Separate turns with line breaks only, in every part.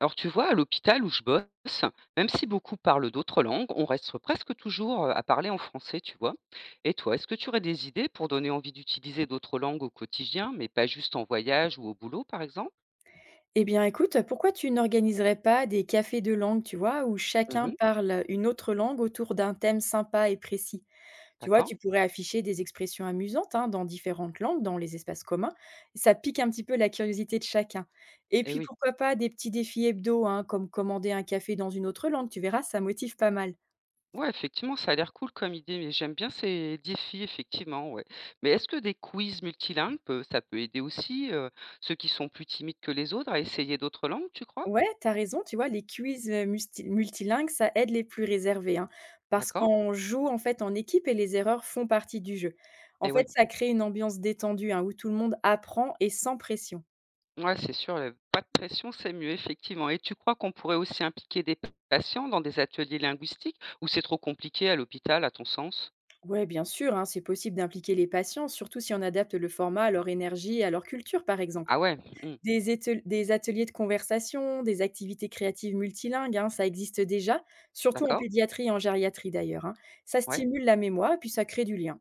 Alors tu vois, à l'hôpital où je bosse, même si beaucoup parlent d'autres langues, on reste presque toujours à parler en français, tu vois. Et toi, est-ce que tu aurais des idées pour donner envie d'utiliser d'autres langues au quotidien, mais pas juste en voyage ou au boulot, par exemple?
Eh bien, écoute, pourquoi tu n'organiserais pas des cafés de langue, tu vois, où chacun
Mhm,
parle une autre langue autour d'un thème sympa et précis? Tu vois,
d'accord.
tu pourrais afficher des expressions amusantes hein, dans différentes langues, dans les espaces communs. Ça pique un petit peu la curiosité de chacun. Et
Eh
puis,
oui.
pourquoi pas des petits défis hebdo, hein, comme commander un café dans une autre langue, tu verras, ça motive pas mal.
Ouais, effectivement, ça a l'air cool comme idée, mais j'aime bien ces défis, effectivement, ouais. Mais est-ce que des quiz multilingues, ça peut aider aussi ceux qui sont plus timides que les autres à essayer d'autres langues, tu crois?
Ouais, t'as raison, tu vois, les quiz, musti multilingues, ça aide les plus réservés, hein, parce
D'accord.
qu'on joue, en fait, en équipe et les erreurs font partie du jeu. En
Et ouais.
fait, ça crée une ambiance détendue, hein, où tout le monde apprend et sans pression.
Ouais, c'est sûr, pas de pression, c'est mieux effectivement et tu crois qu'on pourrait aussi impliquer des p patients dans des ateliers linguistiques ou c'est trop compliqué à l'hôpital à ton sens?
Ouais, bien sûr, hein, c'est possible d'impliquer les patients, surtout si on adapte le format à leur énergie et à leur culture, par exemple.
Ah ouais, mmh,
Des ateliers de conversation, des activités créatives multilingues, hein, ça existe déjà, surtout en
d'accord,
pédiatrie et en gériatrie, d'ailleurs, hein. Ça
ouais.
stimule la mémoire et puis ça crée du lien.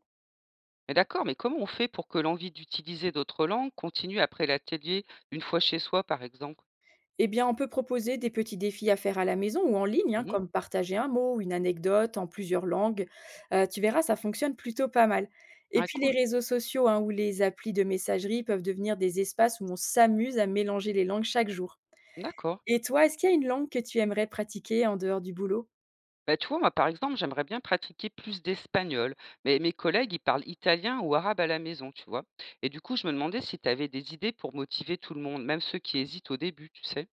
Mais d'accord, mais comment on fait pour que l'envie d'utiliser d'autres langues continue après l'atelier, une fois chez soi par exemple?
Eh bien, on peut proposer des petits défis à faire à la maison ou en ligne, hein,
Mmh.
comme partager un mot ou une anecdote en plusieurs langues. Tu verras, ça fonctionne plutôt pas mal. Et
Ouais,
puis les
cool,
réseaux sociaux, hein, ou les applis de messagerie peuvent devenir des espaces où on s'amuse à mélanger les langues chaque jour.
d'accord.
Et toi, est-ce qu'il y a une langue que tu aimerais pratiquer en dehors du boulot?
Bah, tu vois, moi par exemple, j'aimerais bien pratiquer plus d'espagnol, mais mes collègues, ils parlent italien ou arabe à la maison, tu vois? Et du coup, je me demandais si tu avais des idées pour motiver tout le monde, même ceux qui hésitent au début, tu sais?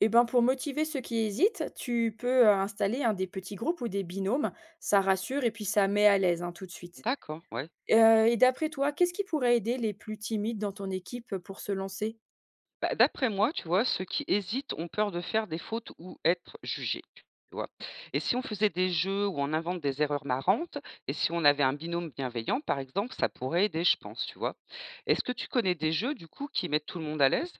Eh ben, pour motiver ceux qui hésitent, tu peux, installer, un des petits groupes ou des binômes. Ça rassure et puis ça met à l'aise, hein, tout de suite.
D'accord, ouais.
Et d'après toi, qu'est-ce qui pourrait aider les plus timides dans ton équipe, pour se lancer?
Bah, d'après moi, tu vois, ceux qui hésitent ont peur de faire des fautes ou être jugés, tu vois. Et si on faisait des jeux où on invente des erreurs marrantes, et si on avait un binôme bienveillant, par exemple, ça pourrait aider, je pense, tu vois. Est-ce que tu connais des jeux, du coup, qui mettent tout le monde à l'aise?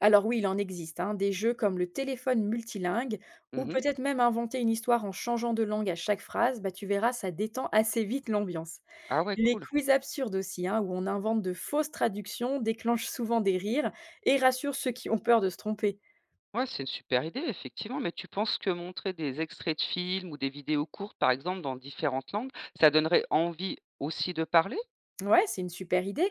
Alors oui, il en existe, hein, des jeux comme le téléphone multilingue ou
Mhm.
peut-être même inventer une histoire en changeant de langue à chaque phrase, bah, tu verras, ça détend assez vite l'ambiance.
Ah ouais,
Les
cool.
quiz absurdes aussi, hein, où on invente de fausses traductions, déclenchent souvent des rires et rassurent ceux qui ont peur de se tromper.
Ouais, c'est une super idée, effectivement, mais tu penses que montrer des extraits de films ou des vidéos courtes, par exemple, dans différentes langues, ça donnerait envie aussi de parler?
Ouais, c'est une super idée.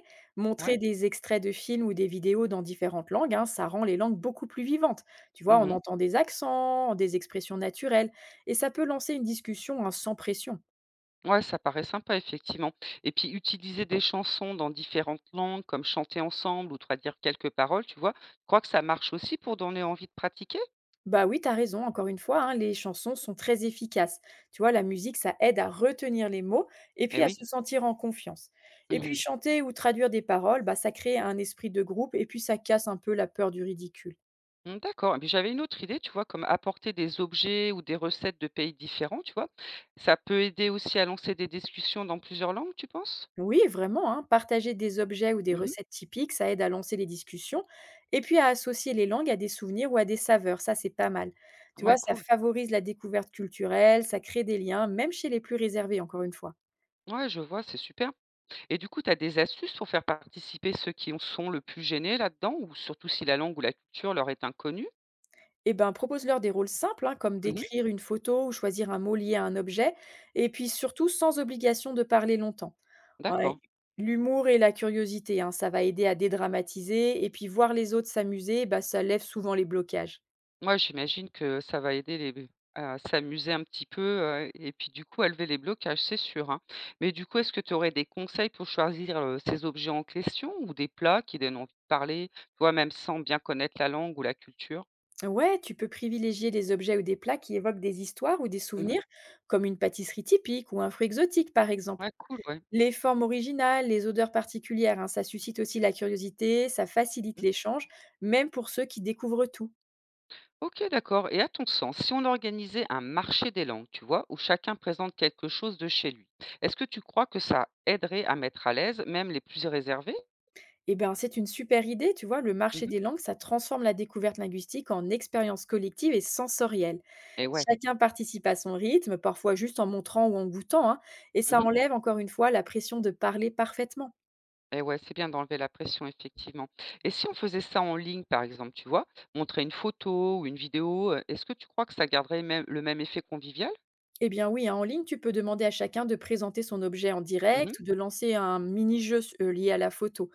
Ouais.
Montrer des extraits de films ou des vidéos dans différentes langues, hein, ça rend les langues beaucoup plus vivantes. Tu vois, on
Mhm.
entend des accents, des expressions naturelles, et ça peut lancer une discussion hein, sans pression.
Ouais, ça paraît sympa effectivement et puis utiliser des chansons dans différentes langues, comme chanter ensemble ou traduire quelques paroles, tu vois? Tu crois que ça marche aussi pour donner envie de pratiquer?
Bah oui, t'as raison, encore une fois, hein, les chansons sont très efficaces. Tu vois, la musique, ça aide à retenir les mots et
Eh
puis à
oui.
se sentir en confiance. Et
Mmh
puis
mh.
chanter ou traduire des paroles, bah, ça crée un esprit de groupe et puis ça casse un peu la peur du ridicule.
Mmh, d'accord et puis j'avais une autre idée, tu vois? Comme apporter des objets ou des recettes de pays différents, tu vois? Ça peut aider aussi à lancer des discussions dans plusieurs langues, tu penses?
Oui, vraiment, hein, partager des objets ou des
Mmh.
recettes typiques, ça aide à lancer les discussions et puis à associer les langues à des souvenirs ou à des saveurs, ça c'est pas mal. Tu
Ouais,
vois, ça
cool.
favorise la découverte culturelle, ça crée des liens, même chez les plus réservés, encore une fois.
Ouais, je vois, c'est super et du coup, tu as des astuces pour faire participer ceux qui en sont le plus gênés là-dedans ou surtout si la langue ou la culture leur est inconnue?
Eh ben, propose-leur des rôles simples, hein, comme
Mmh.
décrire une photo ou choisir un mot lié à un objet, et puis surtout sans obligation de parler longtemps. Ouais,
D'accord.
l'humour et la curiosité, hein, ça va aider à dédramatiser, et puis voir les autres s'amuser, bah, ça lève souvent les blocages.
Moi, j'imagine que ça va aider les à s'amuser un petit peu, et puis du coup à lever les blocages, c'est sûr, hein. Mais du coup, est-ce que tu aurais des conseils pour choisir, ces objets en question ou des plats qui donnent envie de parler, toi même sans bien connaître la langue ou la culture?
Ouais, tu peux privilégier des objets ou des plats qui évoquent des histoires ou des
Mmh.
souvenirs, comme une pâtisserie typique ou un fruit exotique par exemple.
Ouais, cool, ouais.
Les formes originales, les odeurs particulières, hein, ça suscite aussi la curiosité, ça facilite
Mmh.
l'échange, même pour ceux qui découvrent tout.
OK, d'accord et à ton sens, si on organisait un marché des langues, tu vois? Où chacun présente quelque chose de chez lui, est-ce que tu crois que ça aiderait à mettre à l'aise même les plus réservés?
Eh ben, c'est une super idée, tu vois, le marché
Mmh.
des langues, ça transforme la découverte linguistique en expérience collective et sensorielle.
Et ouais.
Chacun participe à son rythme, parfois juste en montrant ou en goûtant, hein, et ça
Mmh.
enlève encore une fois la pression de parler parfaitement.
Et ouais, c'est bien d'enlever la pression, effectivement. Et si on faisait ça en ligne, par exemple, tu vois, montrer une photo ou une vidéo, est-ce que tu crois que ça garderait même le même effet convivial?
Eh bien oui, hein, en ligne, tu peux demander à chacun de présenter son objet en
Mmh.
direct ou de lancer un mini-jeu lié à la photo.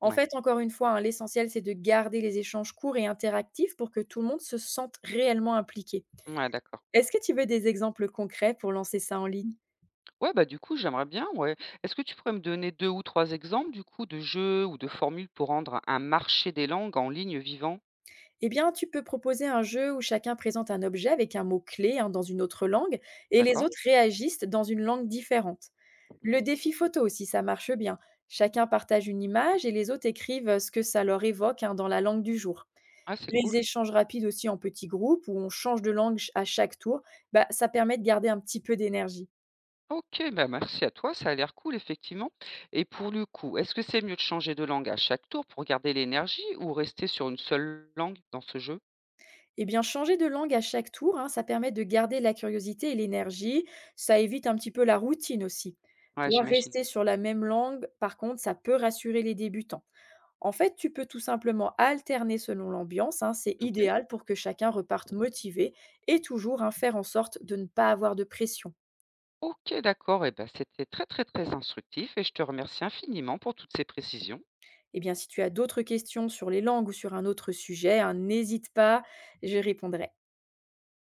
En
Ouais.
fait, encore une fois, hein, l'essentiel, c'est de garder les échanges courts et interactifs pour que tout le monde se sente réellement impliqué.
Ouais, d'accord.
Est-ce que tu veux des exemples concrets pour lancer ça en ligne?
Ouais, bah, du coup, j'aimerais bien, ouais. Est-ce que tu pourrais me donner 2 ou 3 exemples, du coup, de jeux ou de formules pour rendre un marché des langues en ligne vivant?
Eh bien, tu peux proposer un jeu où chacun présente un objet avec un mot-clé hein, dans une autre langue et les
D'accord.
autres réagissent dans une langue différente.
Mmh.
Le défi photo aussi, ça marche bien. Chacun partage une image et les autres écrivent ce que ça leur évoque hein, dans la langue du jour.
Ah, c'est cool.
Les échanges rapides aussi en petits groupes où on change de langue à chaque tour, bah, ça permet de garder un petit peu d'énergie.
OK, bah, merci à toi, ça a l'air cool, effectivement. Et pour le coup, est-ce que c'est mieux de changer de langue à chaque tour pour garder l'énergie ou rester sur une seule langue dans ce jeu?
Eh bien, changer de langue à chaque tour, hein, ça permet de garder la curiosité et l'énergie. Ça évite un petit peu la routine aussi.
Ouais,
Tu vois,
j'imagine.
rester sur la même langue, par contre, ça peut rassurer les débutants. En fait, tu peux tout simplement alterner selon l'ambiance, hein, c'est
OK.
idéal pour que chacun reparte motivé et toujours hein, faire en sorte de ne pas avoir de pression.
OK, d'accord et ben, c'était très, très, très instructif et je te remercie infiniment pour toutes ces précisions.
Eh bien, si tu as d'autres questions sur les langues ou sur un autre sujet, hein, n'hésite pas, j'y répondrai.